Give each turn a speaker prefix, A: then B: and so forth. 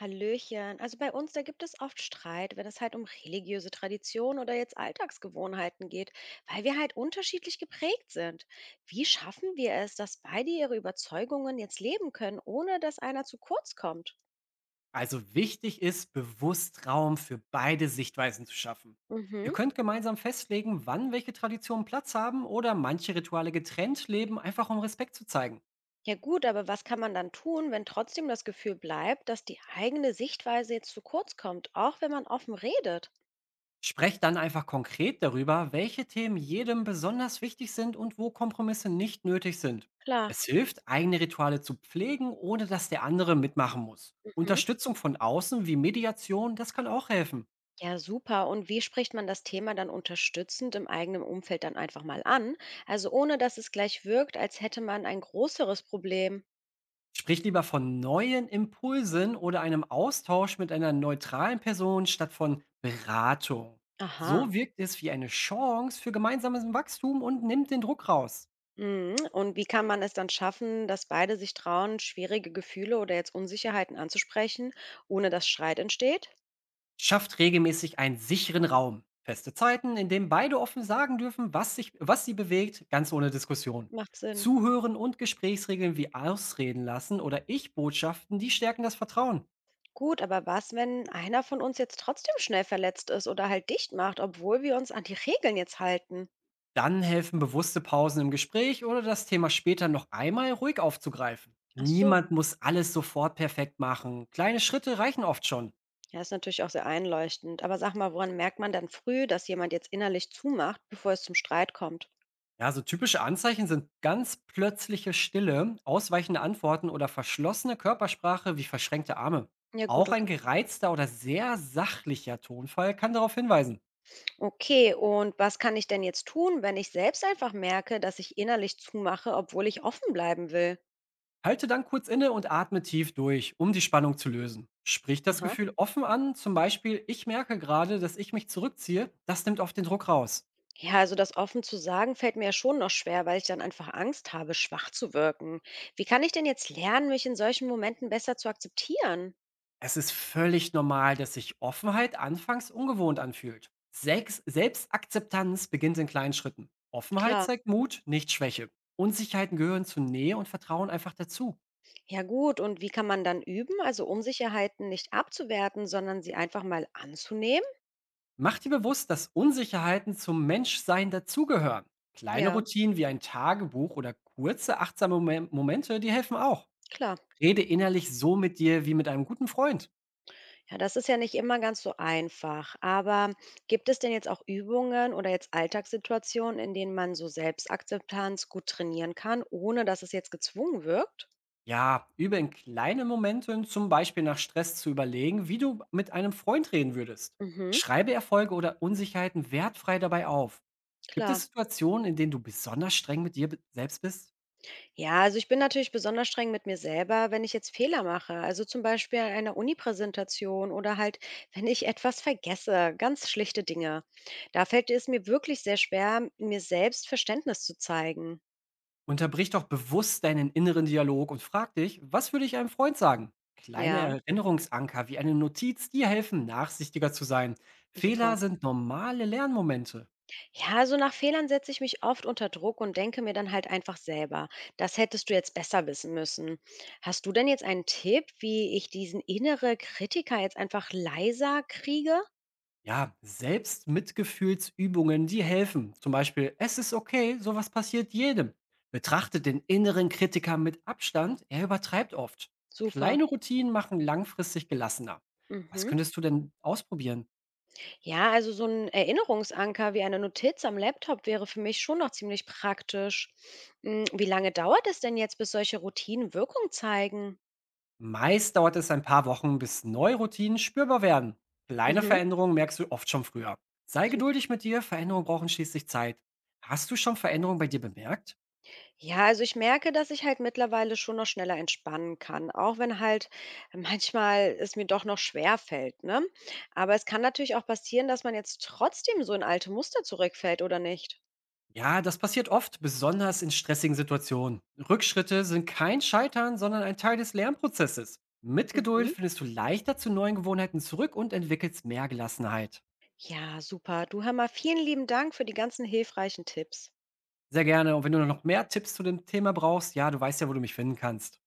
A: Hallöchen. Also bei uns, da gibt es oft Streit, wenn es halt um religiöse Traditionen oder jetzt Alltagsgewohnheiten geht, weil wir halt unterschiedlich geprägt sind. Wie schaffen wir es, dass beide ihre Überzeugungen jetzt leben können, ohne dass einer zu kurz kommt?
B: Also wichtig ist, bewusst Raum für beide Sichtweisen zu schaffen. Ihr
A: Mhm.
B: könnt gemeinsam festlegen, wann welche Traditionen Platz haben oder manche Rituale getrennt leben, einfach um Respekt zu zeigen.
A: Ja gut, aber was kann man dann tun, wenn trotzdem das Gefühl bleibt, dass die eigene Sichtweise jetzt zu kurz kommt, auch wenn man offen redet?
B: Sprecht dann einfach konkret darüber, welche Themen jedem besonders wichtig sind und wo Kompromisse nicht nötig sind.
A: Klar.
B: Es hilft, eigene Rituale zu pflegen, ohne dass der andere mitmachen muss.
A: Mhm.
B: Unterstützung von außen wie Mediation, das kann auch helfen.
A: Ja, super. Und wie spricht man das Thema dann unterstützend im eigenen Umfeld dann einfach mal an? Also ohne, dass es gleich wirkt, als hätte man ein größeres Problem.
B: Sprich lieber von neuen Impulsen oder einem Austausch mit einer neutralen Person statt von Beratung.
A: Aha.
B: So wirkt es wie eine Chance für gemeinsames Wachstum und nimmt den Druck raus.
A: Mhm. Und wie kann man es dann schaffen, dass beide sich trauen, schwierige Gefühle oder jetzt Unsicherheiten anzusprechen, ohne dass Streit entsteht?
B: Schafft regelmäßig einen sicheren Raum. Feste Zeiten, in denen beide offen sagen dürfen, was sie bewegt, ganz ohne Diskussion.
A: Macht Sinn.
B: Zuhören und Gesprächsregeln wie Ausreden lassen oder Ich-Botschaften, die stärken das Vertrauen.
A: Gut, aber was, wenn einer von uns jetzt trotzdem schnell verletzt ist oder halt dicht macht, obwohl wir uns an die Regeln jetzt halten?
B: Dann helfen bewusste Pausen im Gespräch oder das Thema später noch einmal ruhig aufzugreifen.
A: Ach so.
B: Niemand muss alles sofort perfekt machen. Kleine Schritte reichen oft schon.
A: Ja, ist natürlich auch sehr einleuchtend. Aber sag mal, woran merkt man dann früh, dass jemand jetzt innerlich zumacht, bevor es zum Streit kommt?
B: Ja, so typische Anzeichen sind ganz plötzliche Stille, ausweichende Antworten oder verschlossene Körpersprache wie verschränkte Arme.
A: Ja gut,
B: Auch ein
A: okay.
B: gereizter oder sehr sachlicher Tonfall kann darauf hinweisen.
A: Okay, und was kann ich denn jetzt tun, wenn ich selbst einfach merke, dass ich innerlich zumache, obwohl ich offen bleiben will?
B: Halte dann kurz inne und atme tief durch, um die Spannung zu lösen. Sprich das
A: Aha.
B: Gefühl offen an, zum Beispiel, ich merke gerade, dass ich mich zurückziehe, das nimmt oft den Druck raus.
A: Ja, also das offen zu sagen fällt mir ja schon noch schwer, weil ich dann einfach Angst habe, schwach zu wirken. Wie kann ich denn jetzt lernen, mich in solchen Momenten besser zu akzeptieren?
B: Es ist völlig normal, dass sich Offenheit anfangs ungewohnt anfühlt. Sex Selbstakzeptanz beginnt in kleinen Schritten. Offenheit
A: Klar.
B: zeigt Mut, nicht Schwäche. Unsicherheiten gehören zu Nähe und Vertrauen einfach dazu.
A: Ja gut, und wie kann man dann üben, also Unsicherheiten nicht abzuwerten, sondern sie einfach mal anzunehmen?
B: Mach dir bewusst, dass Unsicherheiten zum Menschsein dazugehören. Kleine
A: Ja.
B: Routinen wie ein Tagebuch oder kurze achtsame Momente, die helfen auch.
A: Klar.
B: Rede innerlich so mit dir wie mit einem guten Freund.
A: Ja, das ist ja nicht immer ganz so einfach. Aber gibt es denn jetzt auch Übungen oder jetzt Alltagssituationen, in denen man so Selbstakzeptanz gut trainieren kann, ohne dass es jetzt gezwungen wirkt?
B: Ja, übe in kleinen Momenten, zum Beispiel nach Stress zu überlegen, wie du mit einem Freund reden würdest.
A: Mhm,
B: Schreibe Erfolge oder Unsicherheiten wertfrei dabei auf. Gibt
A: klar.
B: es Situationen, in denen du besonders streng mit selbst bist?
A: Ja, also ich bin natürlich besonders streng mit mir selber, wenn ich jetzt Fehler mache. Also zum Beispiel an einer Uni-Präsentation oder halt, wenn ich etwas vergesse, ganz schlichte Dinge. Da fällt es mir wirklich sehr schwer, mir selbst Verständnis zu zeigen.
B: Unterbrich doch bewusst deinen inneren Dialog und frag dich, was würde ich einem Freund sagen? Kleine
A: Ja,
B: Erinnerungsanker wie eine Notiz dir helfen, nachsichtiger zu sein.
A: super.
B: Fehler sind normale Lernmomente.
A: Ja, also nach Fehlern setze ich mich oft unter Druck und denke mir dann halt einfach selber, das hättest du jetzt besser wissen müssen. Hast du denn jetzt einen Tipp, wie ich diesen innere Kritiker jetzt einfach leiser kriege?
B: Ja, selbst Mitgefühlsübungen, die helfen. Zum Beispiel, es ist okay, sowas passiert jedem. Betrachtet den inneren Kritiker mit Abstand, er übertreibt oft.
A: Super.
B: Kleine Routinen machen langfristig gelassener. Was
A: Mhm.
B: könntest du denn ausprobieren?
A: Ja, also so ein Erinnerungsanker wie eine Notiz am Laptop wäre für mich schon noch ziemlich praktisch. Wie lange dauert es denn jetzt, bis solche Routinen Wirkung zeigen?
B: Meist dauert es ein paar Wochen, bis neue Routinen spürbar werden. Kleine
A: Mhm.
B: Veränderungen merkst du oft schon früher. Sei
A: Super.
B: geduldig mit dir, Veränderungen brauchen schließlich Zeit. Hast du schon Veränderungen bei dir bemerkt?
A: Ja, also ich merke, dass ich halt mittlerweile schon noch schneller entspannen kann, auch wenn halt manchmal es mir doch noch schwer fällt, ne? Aber es kann natürlich auch passieren, dass man jetzt trotzdem so in alte Muster zurückfällt, oder nicht?
B: Ja, das passiert oft, besonders in stressigen Situationen. Rückschritte sind kein Scheitern, sondern ein Teil des Lernprozesses. Mit Geduld
A: Mhm.
B: findest du leichter zu neuen Gewohnheiten zurück und entwickelst mehr Gelassenheit.
A: Ja, super. Du hör mal, vielen lieben Dank für die ganzen hilfreichen Tipps.
B: Sehr gerne. Und wenn du noch mehr Tipps zu dem Thema brauchst, ja, du weißt ja, wo du mich finden kannst.